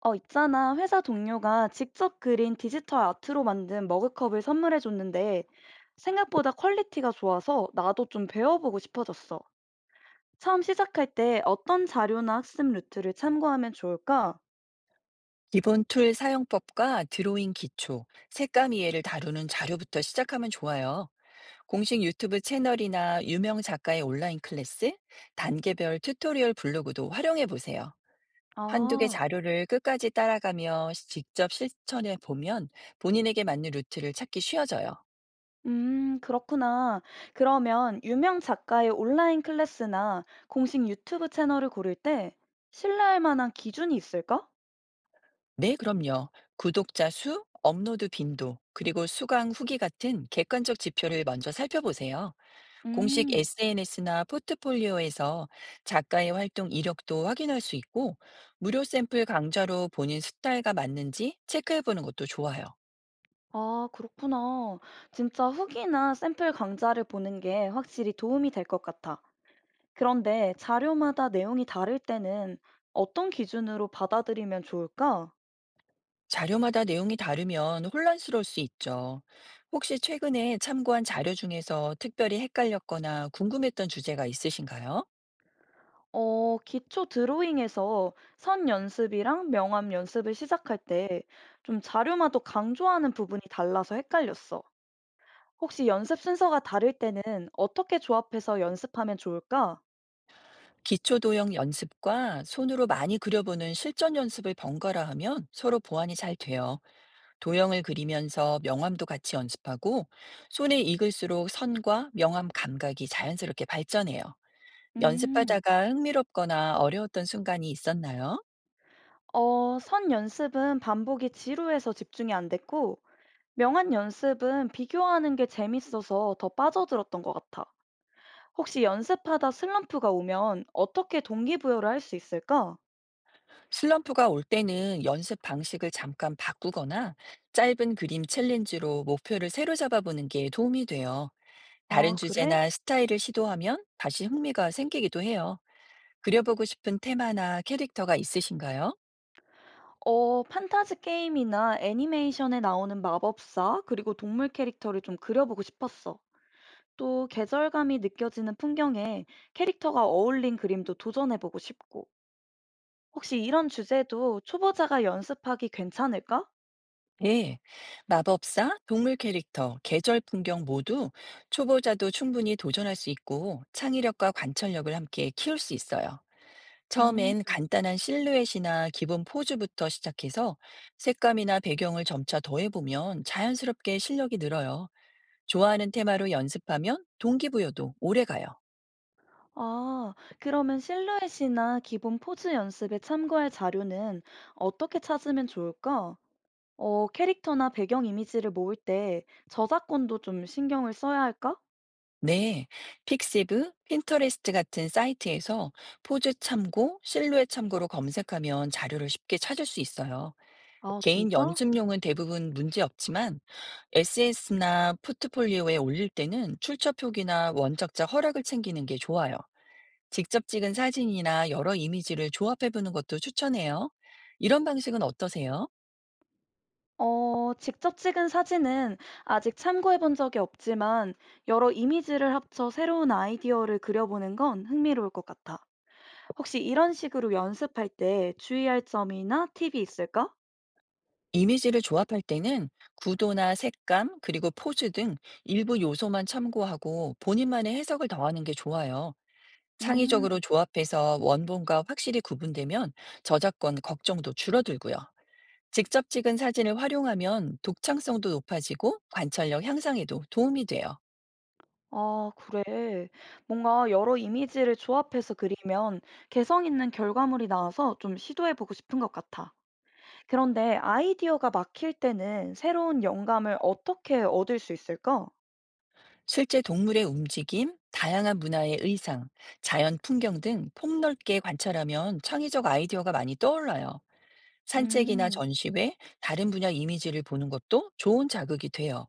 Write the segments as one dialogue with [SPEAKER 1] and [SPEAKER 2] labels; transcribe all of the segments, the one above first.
[SPEAKER 1] 있잖아. 회사 동료가 직접 그린 디지털 아트로 만든 머그컵을 선물해 줬는데 생각보다 퀄리티가 좋아서 나도 좀 배워보고 싶어졌어. 처음 시작할 때 어떤 자료나 학습 루트를 참고하면 좋을까?
[SPEAKER 2] 기본 툴 사용법과 드로잉 기초, 색감 이해를 다루는 자료부터 시작하면 좋아요. 공식 유튜브 채널이나 유명 작가의 온라인 클래스, 단계별 튜토리얼 블로그도 활용해 보세요. 한두 개
[SPEAKER 1] 아,
[SPEAKER 2] 자료를 끝까지 따라가며 직접 실천해 보면 본인에게 맞는 루트를 찾기 쉬워져요.
[SPEAKER 1] 그렇구나. 그러면 유명 작가의 온라인 클래스나 공식 유튜브 채널을 고를 때 신뢰할 만한 기준이 있을까?
[SPEAKER 2] 네, 그럼요. 구독자 수, 업로드 빈도, 그리고 수강 후기 같은 객관적 지표를 먼저 살펴보세요. 공식
[SPEAKER 1] 음.
[SPEAKER 2] SNS나 포트폴리오에서 작가의 활동 이력도 확인할 수 있고, 무료 샘플 강좌로 본인 스타일과 맞는지 체크해보는 것도 좋아요.
[SPEAKER 1] 아, 그렇구나. 진짜 후기나 샘플 강좌를 보는 게 확실히 도움이 될 것 같아. 그런데 자료마다 내용이 다를 때는 어떤 기준으로 받아들이면 좋을까?
[SPEAKER 2] 자료마다 내용이 다르면 혼란스러울 수 있죠. 혹시 최근에 참고한 자료 중에서 특별히 헷갈렸거나 궁금했던 주제가 있으신가요?
[SPEAKER 1] 기초 드로잉에서 선 연습이랑 명암 연습을 시작할 때 좀 자료마다 강조하는 부분이 달라서 헷갈렸어. 혹시 연습 순서가 다를 때는 어떻게 조합해서 연습하면 좋을까?
[SPEAKER 2] 기초 도형 연습과 손으로 많이 그려보는 실전 연습을 번갈아 하면 서로 보완이 잘 돼요. 도형을 그리면서 명암도 같이 연습하고 손에 익을수록 선과 명암 감각이 자연스럽게 발전해요.
[SPEAKER 1] 음,
[SPEAKER 2] 연습하다가 흥미롭거나 어려웠던 순간이 있었나요?
[SPEAKER 1] 선 연습은 반복이 지루해서 집중이 안 됐고, 명한 연습은 비교하는 게 재밌어서 더 빠져들었던 것 같아. 혹시 연습하다 슬럼프가 오면 어떻게 동기부여를 할 수 있을까?
[SPEAKER 2] 슬럼프가 올 때는 연습 방식을 잠깐 바꾸거나 짧은 그림 챌린지로 목표를 새로 잡아보는 게 도움이 돼요. 다른
[SPEAKER 1] 아, 그래?
[SPEAKER 2] 주제나 스타일을 시도하면 다시 흥미가 생기기도 해요. 그려보고 싶은 테마나 캐릭터가 있으신가요?
[SPEAKER 1] 판타지 게임이나 애니메이션에 나오는 마법사, 그리고 동물 캐릭터를 좀 그려보고 싶었어. 또 계절감이 느껴지는 풍경에 캐릭터가 어울린 그림도 도전해보고 싶고. 혹시 이런 주제도 초보자가 연습하기 괜찮을까?
[SPEAKER 2] 네, 마법사, 동물 캐릭터, 계절 풍경 모두 초보자도 충분히 도전할 수 있고 창의력과 관찰력을 함께 키울 수 있어요.
[SPEAKER 1] 음.
[SPEAKER 2] 처음엔 간단한 실루엣이나 기본 포즈부터 시작해서 색감이나 배경을 점차 더해보면 자연스럽게 실력이 늘어요. 좋아하는 테마로 연습하면 동기부여도 오래 가요.
[SPEAKER 1] 아, 그러면 실루엣이나 기본 포즈 연습에 참고할 자료는 어떻게 찾으면 좋을까? 캐릭터나 배경 이미지를 모을 때 저작권도 좀 신경을 써야 할까?
[SPEAKER 2] 네, 픽시브, 핀터레스트 같은 사이트에서 포즈 참고, 실루엣 참고로 검색하면 자료를 쉽게 찾을 수 있어요.
[SPEAKER 1] 아,
[SPEAKER 2] 개인
[SPEAKER 1] 진짜?
[SPEAKER 2] 연습용은 대부분 문제 없지만 SNS나 포트폴리오에 올릴 때는 출처 표기나 원작자 허락을 챙기는 게 좋아요. 직접 찍은 사진이나 여러 이미지를 조합해 보는 것도 추천해요. 이런 방식은 어떠세요?
[SPEAKER 1] 직접 찍은 사진은 아직 참고해 본 적이 없지만 여러 이미지를 합쳐 새로운 아이디어를 그려보는 건 흥미로울 것 같아. 혹시 이런 식으로 연습할 때 주의할 점이나 팁이 있을까?
[SPEAKER 2] 이미지를 조합할 때는 구도나 색감, 그리고 포즈 등 일부 요소만 참고하고 본인만의 해석을 더하는 게 좋아요.
[SPEAKER 1] 음.
[SPEAKER 2] 창의적으로 조합해서 원본과 확실히 구분되면 저작권 걱정도 줄어들고요. 직접 찍은 사진을 활용하면 독창성도 높아지고 관찰력 향상에도 도움이 돼요.
[SPEAKER 1] 아, 그래. 뭔가 여러 이미지를 조합해서 그리면 개성 있는 결과물이 나와서 좀 시도해보고 싶은 것 같아. 그런데 아이디어가 막힐 때는 새로운 영감을 어떻게 얻을 수 있을까?
[SPEAKER 2] 실제 동물의 움직임, 다양한 문화의 의상, 자연 풍경 등 폭넓게 관찰하면 창의적 아이디어가 많이 떠올라요. 산책이나
[SPEAKER 1] 음,
[SPEAKER 2] 전시회, 다른 분야 이미지를 보는 것도 좋은 자극이 돼요.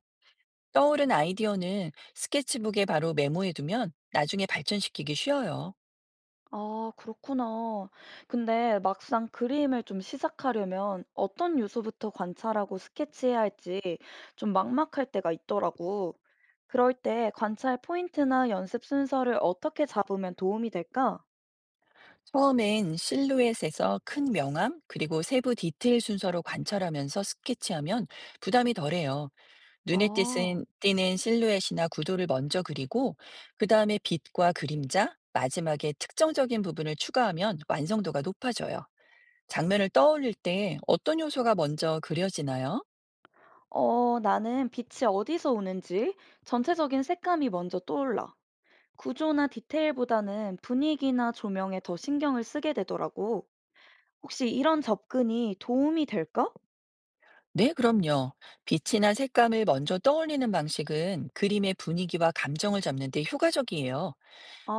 [SPEAKER 2] 떠오른 아이디어는 스케치북에 바로 메모해두면 나중에 발전시키기 쉬워요.
[SPEAKER 1] 아, 그렇구나. 근데 막상 그림을 좀 시작하려면 어떤 요소부터 관찰하고 스케치해야 할지 좀 막막할 때가 있더라고. 그럴 때 관찰 포인트나 연습 순서를 어떻게 잡으면 도움이 될까?
[SPEAKER 2] 처음엔 실루엣에서 큰 명암, 그리고 세부 디테일 순서로 관찰하면서 스케치하면 부담이 덜해요. 눈에
[SPEAKER 1] 아.
[SPEAKER 2] 띄는, 띄는 실루엣이나 구도를 먼저 그리고, 그 다음에 빛과 그림자, 마지막에 특정적인 부분을 추가하면 완성도가 높아져요. 장면을 떠올릴 때 어떤 요소가 먼저 그려지나요?
[SPEAKER 1] 나는 빛이 어디서 오는지 전체적인 색감이 먼저 떠올라. 구조나 디테일보다는 분위기나 조명에 더 신경을 쓰게 되더라고. 혹시 이런 접근이 도움이 될까?
[SPEAKER 2] 네, 그럼요. 빛이나 색감을 먼저 떠올리는 방식은 그림의 분위기와 감정을 잡는 데 효과적이에요.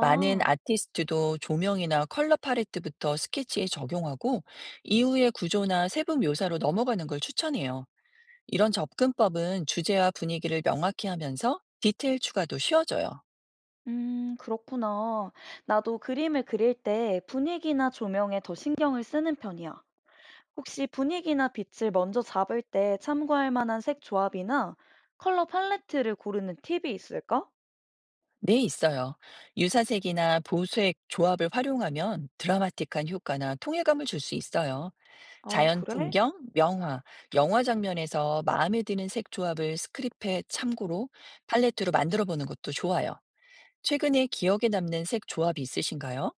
[SPEAKER 2] 많은 아티스트도 조명이나 컬러 팔레트부터 스케치에 적용하고 이후의 구조나 세부 묘사로 넘어가는 걸 추천해요. 이런 접근법은 주제와 분위기를 명확히 하면서 디테일 추가도 쉬워져요.
[SPEAKER 1] 그렇구나. 나도 그림을 그릴 때 분위기나 조명에 더 신경을 쓰는 편이야. 혹시 분위기나 빛을 먼저 잡을 때 참고할 만한 색 조합이나 컬러 팔레트를 고르는 팁이 있을까?
[SPEAKER 2] 네, 있어요. 유사색이나 보색 조합을 활용하면 드라마틱한 효과나 통일감을 줄 수 있어요.
[SPEAKER 1] 아,
[SPEAKER 2] 자연
[SPEAKER 1] 그래?
[SPEAKER 2] 풍경, 명화, 영화 장면에서 마음에 드는 색 조합을 스크립트에 참고로 팔레트로 만들어 보는 것도 좋아요. 최근에 기억에 남는 색 조합이 있으신가요?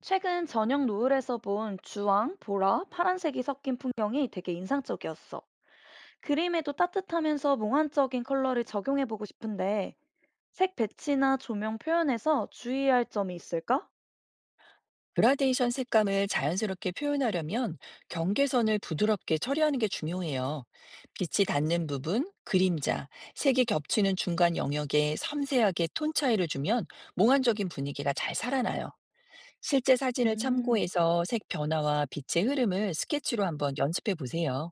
[SPEAKER 1] 최근 저녁 노을에서 본 주황, 보라, 파란색이 섞인 풍경이 되게 인상적이었어. 그림에도 따뜻하면서 몽환적인 컬러를 적용해보고 싶은데, 색 배치나 조명 표현에서 주의할 점이 있을까?
[SPEAKER 2] 그라데이션 색감을 자연스럽게 표현하려면 경계선을 부드럽게 처리하는 게 중요해요. 빛이 닿는 부분, 그림자, 색이 겹치는 중간 영역에 섬세하게 톤 차이를 주면 몽환적인 분위기가 잘 살아나요. 실제 사진을
[SPEAKER 1] 음,
[SPEAKER 2] 참고해서 색 변화와 빛의 흐름을 스케치로 한번 연습해 보세요.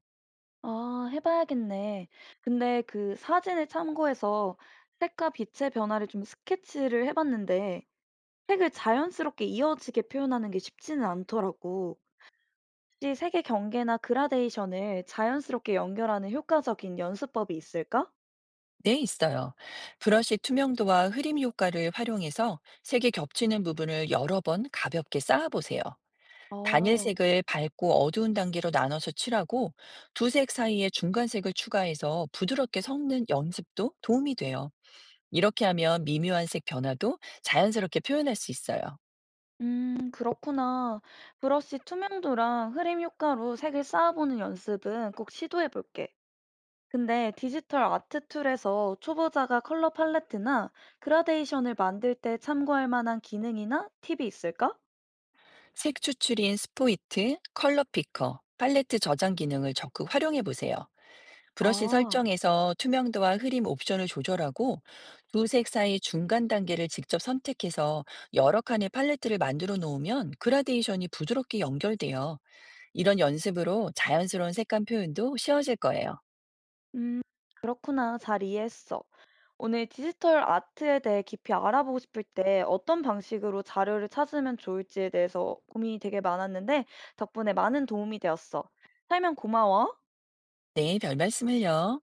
[SPEAKER 1] 아, 해봐야겠네. 근데 그 사진을 참고해서 색과 빛의 변화를 좀 스케치를 해봤는데, 색을 자연스럽게 이어지게 표현하는 게 쉽지는 않더라고. 혹시 색의 경계나 그라데이션을 자연스럽게 연결하는 효과적인 연습법이 있을까?
[SPEAKER 2] 네, 있어요. 브러쉬 투명도와 흐림 효과를 활용해서 색이 겹치는 부분을 여러 번 가볍게 쌓아보세요.
[SPEAKER 1] 어,
[SPEAKER 2] 단일색을 밝고 어두운 단계로 나눠서 칠하고 두색 사이에 중간색을 추가해서 부드럽게 섞는 연습도 도움이 돼요. 이렇게 하면 미묘한 색 변화도 자연스럽게 표현할 수 있어요.
[SPEAKER 1] 그렇구나. 브러쉬 투명도랑 흐림 효과로 색을 쌓아보는 연습은 꼭 시도해볼게. 근데 디지털 아트 툴에서 초보자가 컬러 팔레트나 그라데이션을 만들 때 참고할 만한 기능이나 팁이 있을까?
[SPEAKER 2] 색 추출인 스포이트, 컬러 피커, 팔레트 저장 기능을 적극 활용해 보세요. 브러쉬
[SPEAKER 1] 아,
[SPEAKER 2] 설정에서 투명도와 흐림 옵션을 조절하고 두색 사이 중간 단계를 직접 선택해서 여러 칸의 팔레트를 만들어 놓으면 그라데이션이 부드럽게 연결돼요. 이런 연습으로 자연스러운 색감 표현도 쉬워질 거예요.
[SPEAKER 1] 음, 그렇구나. 잘 이해했어. 오늘 디지털 아트에 대해 깊이 알아보고 싶을 때 어떤 방식으로 자료를 찾으면 좋을지에 대해서 고민이 되게 많았는데 덕분에 많은 도움이 되었어. 설명 고마워.
[SPEAKER 2] 네, 별 말씀을요.